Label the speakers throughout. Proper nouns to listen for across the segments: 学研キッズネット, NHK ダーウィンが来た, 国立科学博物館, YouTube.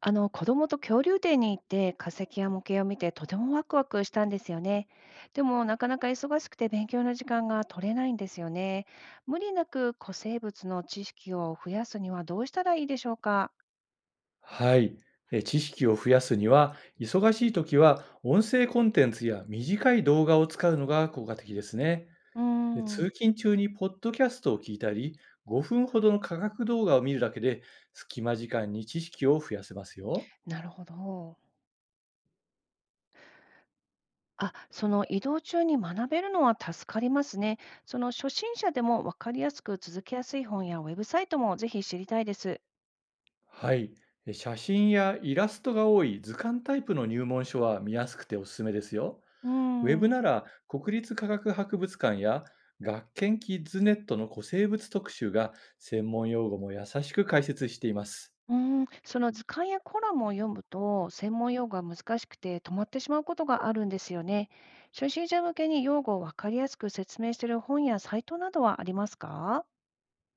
Speaker 1: あの子供と恐竜展に行って化石や模型を見てとてもワクワクしたんですよね。でもなかなか忙しくて勉強の時間が取れないんですよね。無理なく古生物の知識を増やすにはどうしたらいいでしょうか？
Speaker 2: はい。知識を増やすには、忙しい時は音声コンテンツや短い動画を使うのが効果的ですね。
Speaker 1: うー
Speaker 2: で、
Speaker 1: ん、
Speaker 2: 通勤中にポッドキャストを聞いたり、5分ほどの科学動画を見るだけで、隙間時間に知識を増やせますよ。
Speaker 1: なるほど。あ、その移動中に学べるのは助かりますね。その初心者でもわかりやすく続けやすい本やウェブサイトもぜひ知りたいです。
Speaker 2: はい。写真やイラストが多い図鑑タイプの入門書は見やすくておすすめですよ。
Speaker 1: うー
Speaker 2: ウェブ
Speaker 1: ん、
Speaker 2: なら国立科学博物館や学研キッズネットの古生物特集が専門用語も優しく解説しています。
Speaker 1: うーん、その図鑑やコラムを読むと、専門用語が難しくて止まってしまうことがあるんですよね。初心者向けに用語をわかりやすく説明している本やサイトなどはありますか？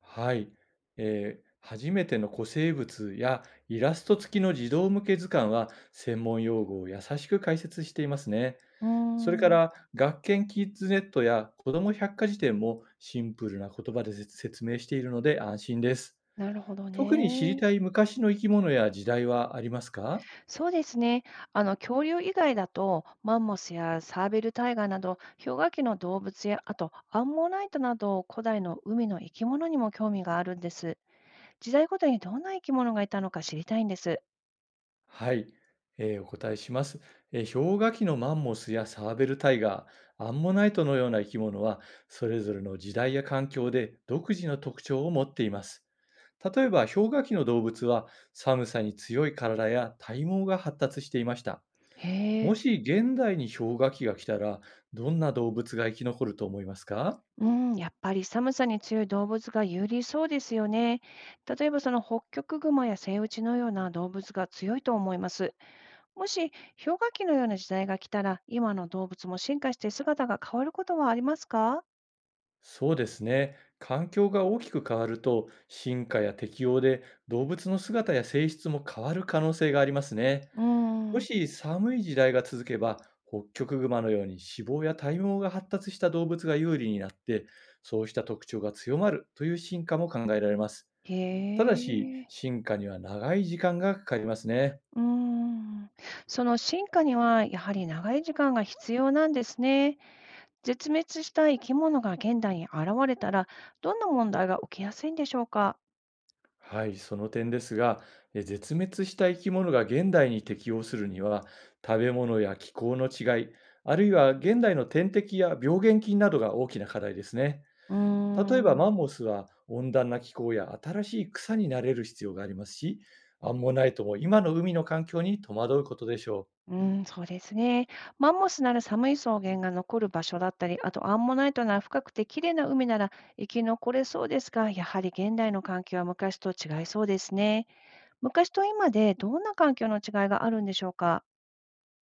Speaker 2: はい。初めての古生物やイラスト付きの児童向け図鑑は専門用語を優しく解説していますね。
Speaker 1: うー
Speaker 2: それか
Speaker 1: ん、
Speaker 2: ら、学研キッズネットや子ども百科事典もシンプルな言葉で説説明しているので安心です。
Speaker 1: なるほど
Speaker 2: 特に知りた
Speaker 1: ね。
Speaker 2: い昔の生き物や時代はありますか？
Speaker 1: そうですね。恐竜以外だと、マンモスやサーベルタイガーなど、氷河期の動物や、あとアンモナイトなど、古代の海の生き物にも興味があるんです。時代ごとにどんな生き物がいたのか知りたいんです。
Speaker 2: はい、お答えします、氷河期のマンモスやサーベルタイガー、アンモナイトのような生き物は、それぞれの時代や環境で独自の特徴を持っています。例えば、氷河期の動物は寒さに強い体や体毛が発達していました。
Speaker 1: へえ。
Speaker 2: もし現代に氷河期が来たら、どんな動物が生き残ると思いますか？
Speaker 1: うん、やっぱり寒さに強い動物が有利そうですよね。例えばそのホッキョクグマやセイウチのような動物が強いと思います。もし氷河期のような時代が来たら、今の動物も進化して姿が変わることはありますか？
Speaker 2: そうですね。環境が大きく変わると、進化や適応で動物の姿や性質も変わる可能性がありますね。
Speaker 1: う
Speaker 2: も
Speaker 1: ん。
Speaker 2: し寒い時代が続けば、ホッキョクグマのように脂肪や体毛が発達した動物が有利になって、そうした特徴が強まるという進化も考えられます。ただし、
Speaker 1: へえ。
Speaker 2: 進化には長い時間がかかりますね。
Speaker 1: うん。その進化にはやはり長い時間が必要なんですね。絶滅した生き物が現代に現れたら、どんな問題が起きやすいんでしょうか？
Speaker 2: はい、その点ですが、絶滅した生き物が現代に適応するには、食べ物や気候の違い、あるいは現代の天敵や病原菌などが大きな課題ですね。
Speaker 1: うー
Speaker 2: 例えば
Speaker 1: ん。
Speaker 2: マンモスは温暖な気候や新しい草になれる必要がありますし、アンモナイトも今の海の環境に戸惑うことでしょう。
Speaker 1: うーん、そうですね。マンモスなら寒い草原が残る場所だったり、あとアンモナイトなら深くて綺麗な海なら生き残れそうですが、やはり現代の環境は昔と違いそうですね。昔と今でどんな環境の違いがあるんでしょうか？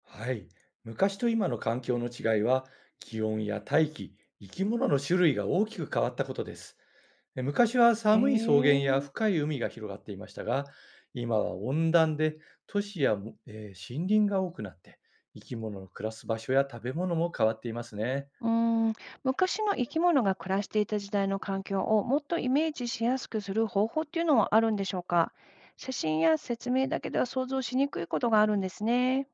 Speaker 2: はい。昔と今の環境の違いは、気温や大気、生き物の種類が大きく変わったことです。昔は
Speaker 1: へ
Speaker 2: 寒い草原や
Speaker 1: ー。
Speaker 2: 深い海が広がっていましたが、今は温暖で都市や森林が多くなって、生き物の暮らす場所や食べ物も変わっていますね。
Speaker 1: うーん、昔の生き物が暮らしていた時代の環境をもっとイメージしやすくする方法っていうのはあるんでしょうか？写真や説明だけでは想像しにくいことがあるんですね。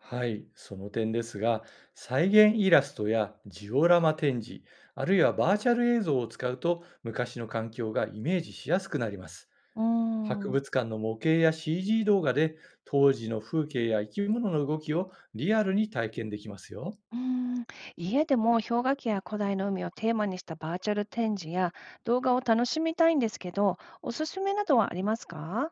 Speaker 2: はい、その点ですが、再現イラストやジオラマ展示、あるいはバーチャル映像を使うと、昔の環境がイメージしやすくなります。
Speaker 1: うー
Speaker 2: 博
Speaker 1: ん。
Speaker 2: 物館の模型や CG 動画で当時の風景や生き物の動きをリアルに体験できますよ。
Speaker 1: うーん、家でも氷河期や古代の海をテーマにしたバーチャル展示や動画を楽しみたいんですけど、おすすめなどはありますか？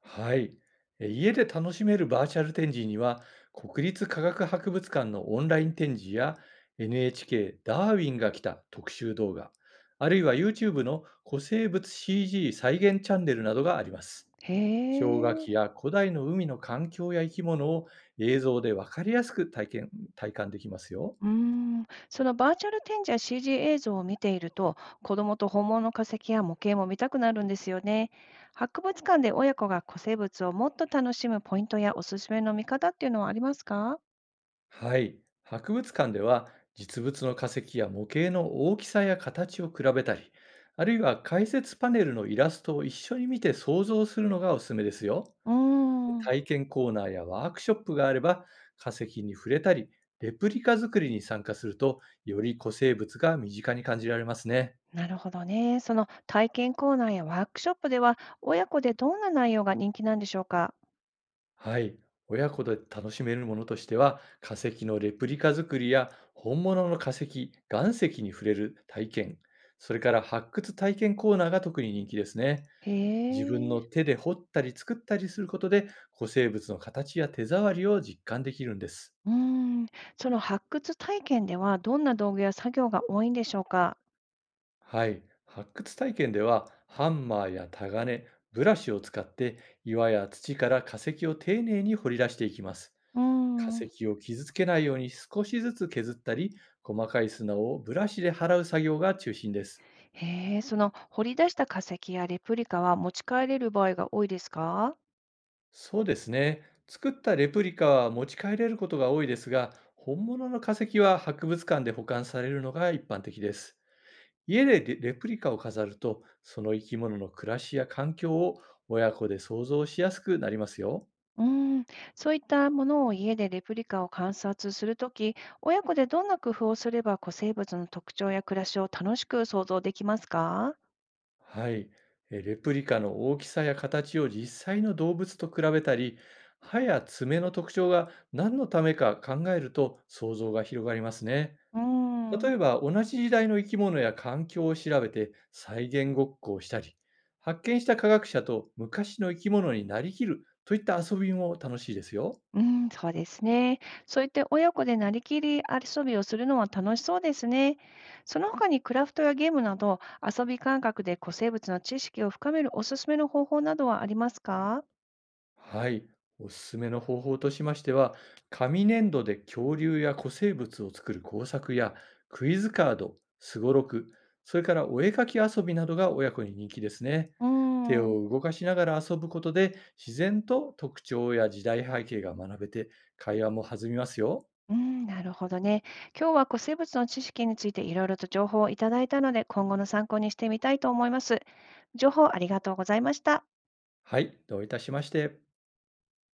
Speaker 2: はい。家で楽しめるバーチャル展示には国立科学博物館のオンライン展示や NHK ダーウィンが来た特集動画、あるいは YouTube の古生物 CG 再現チャンネルなどがあります。
Speaker 1: へ
Speaker 2: 氷河期
Speaker 1: え。
Speaker 2: や古代の海の環境や生き物を映像でわかりやすく体験、体感できますよ。
Speaker 1: うーん、そのバーチャル展示や CG 映像を見ていると、子供と本物の化石や模型も見たくなるんですよね。博物館で親子が古生物をもっと楽しむポイントやおすすめの見方っていうのはありますか？
Speaker 2: はい。博物館では実物の化石や模型の大きさや形を比べたり、あるいは解説パネルのイラストを一緒に見て想像するのがおすすめですよ。
Speaker 1: うーん。
Speaker 2: 体験コーナーやワークショップがあれば化石に触れたり、レプリカ作りに参加するとより古生物が身近に感じられますね。
Speaker 1: なるほどね。その体験コーナーやワークショップでは、親子でどんな内容が人気なんでしょうか？
Speaker 2: はい。親子で楽しめるものとしては、化石のレプリカ作りや本物の化石、岩石に触れる体験、それから発掘体験コーナーが特に人気ですね。
Speaker 1: へ
Speaker 2: 自分
Speaker 1: え。
Speaker 2: の手で掘ったり作ったりすることで、古生物の形や手触りを実感できるんです。
Speaker 1: うーん。その発掘体験では、どんな道具や作業が多いんでしょうか？
Speaker 2: はい。発掘体験では、ハンマーやタガネ、ブラシを使って岩や土から化石を丁寧に掘り出していきます。
Speaker 1: うー
Speaker 2: 化
Speaker 1: ん。
Speaker 2: 石を傷つけないように少しずつ削ったり、細かい砂をブラシで払う作業が中心です。
Speaker 1: へえ、その掘り出した化石やレプリカは持ち帰れる場合が多いですか？
Speaker 2: そうですね。作ったレプリカは持ち帰れることが多いですが、本物の化石は博物館で保管されるのが一般的です。家でレレプリカを飾ると、その生き物の暮らしや環境を親子で想像しやすくなりますよ。
Speaker 1: うーん。そういったものを家でレプリカを観察するとき、親子でどんな工夫をすれば古生物の特徴や暮らしを楽しく想像できますか？
Speaker 2: はい。レプリカの大きさや形を実際の動物と比べたり、歯や爪の特徴が何のためか考えると想像が広がりますね。
Speaker 1: うー
Speaker 2: 例
Speaker 1: ん。
Speaker 2: えば、同じ時代の生き物や環境を調べて再現ごっこをしたり、発見した科学者と昔の生き物になりきるといった遊びも楽しいですよ。
Speaker 1: うん、そうですね。そういって親子でなりきり遊びをするのは楽しそうですね。その他にクラフトやゲームなど遊び感覚で古生物の知識を深めるおすすめの方法などはありますか？
Speaker 2: はい。おすすめの方法としましては、紙粘土で恐竜や古生物を作る工作や、クイズカード、すごろく、それからお絵かき遊びなどが親子に人気ですね。
Speaker 1: うー
Speaker 2: 手
Speaker 1: ん、う
Speaker 2: を動かしながら遊ぶことで、自然と特徴や時代背景が学べて、会話も弾みますよ。
Speaker 1: ーん、なるほどね。今日は古生物の知識についていろいろと情報をいただいたので今後の参考にしてみたいと思います。情報ありがとうございました。
Speaker 2: はい。どういたしまして。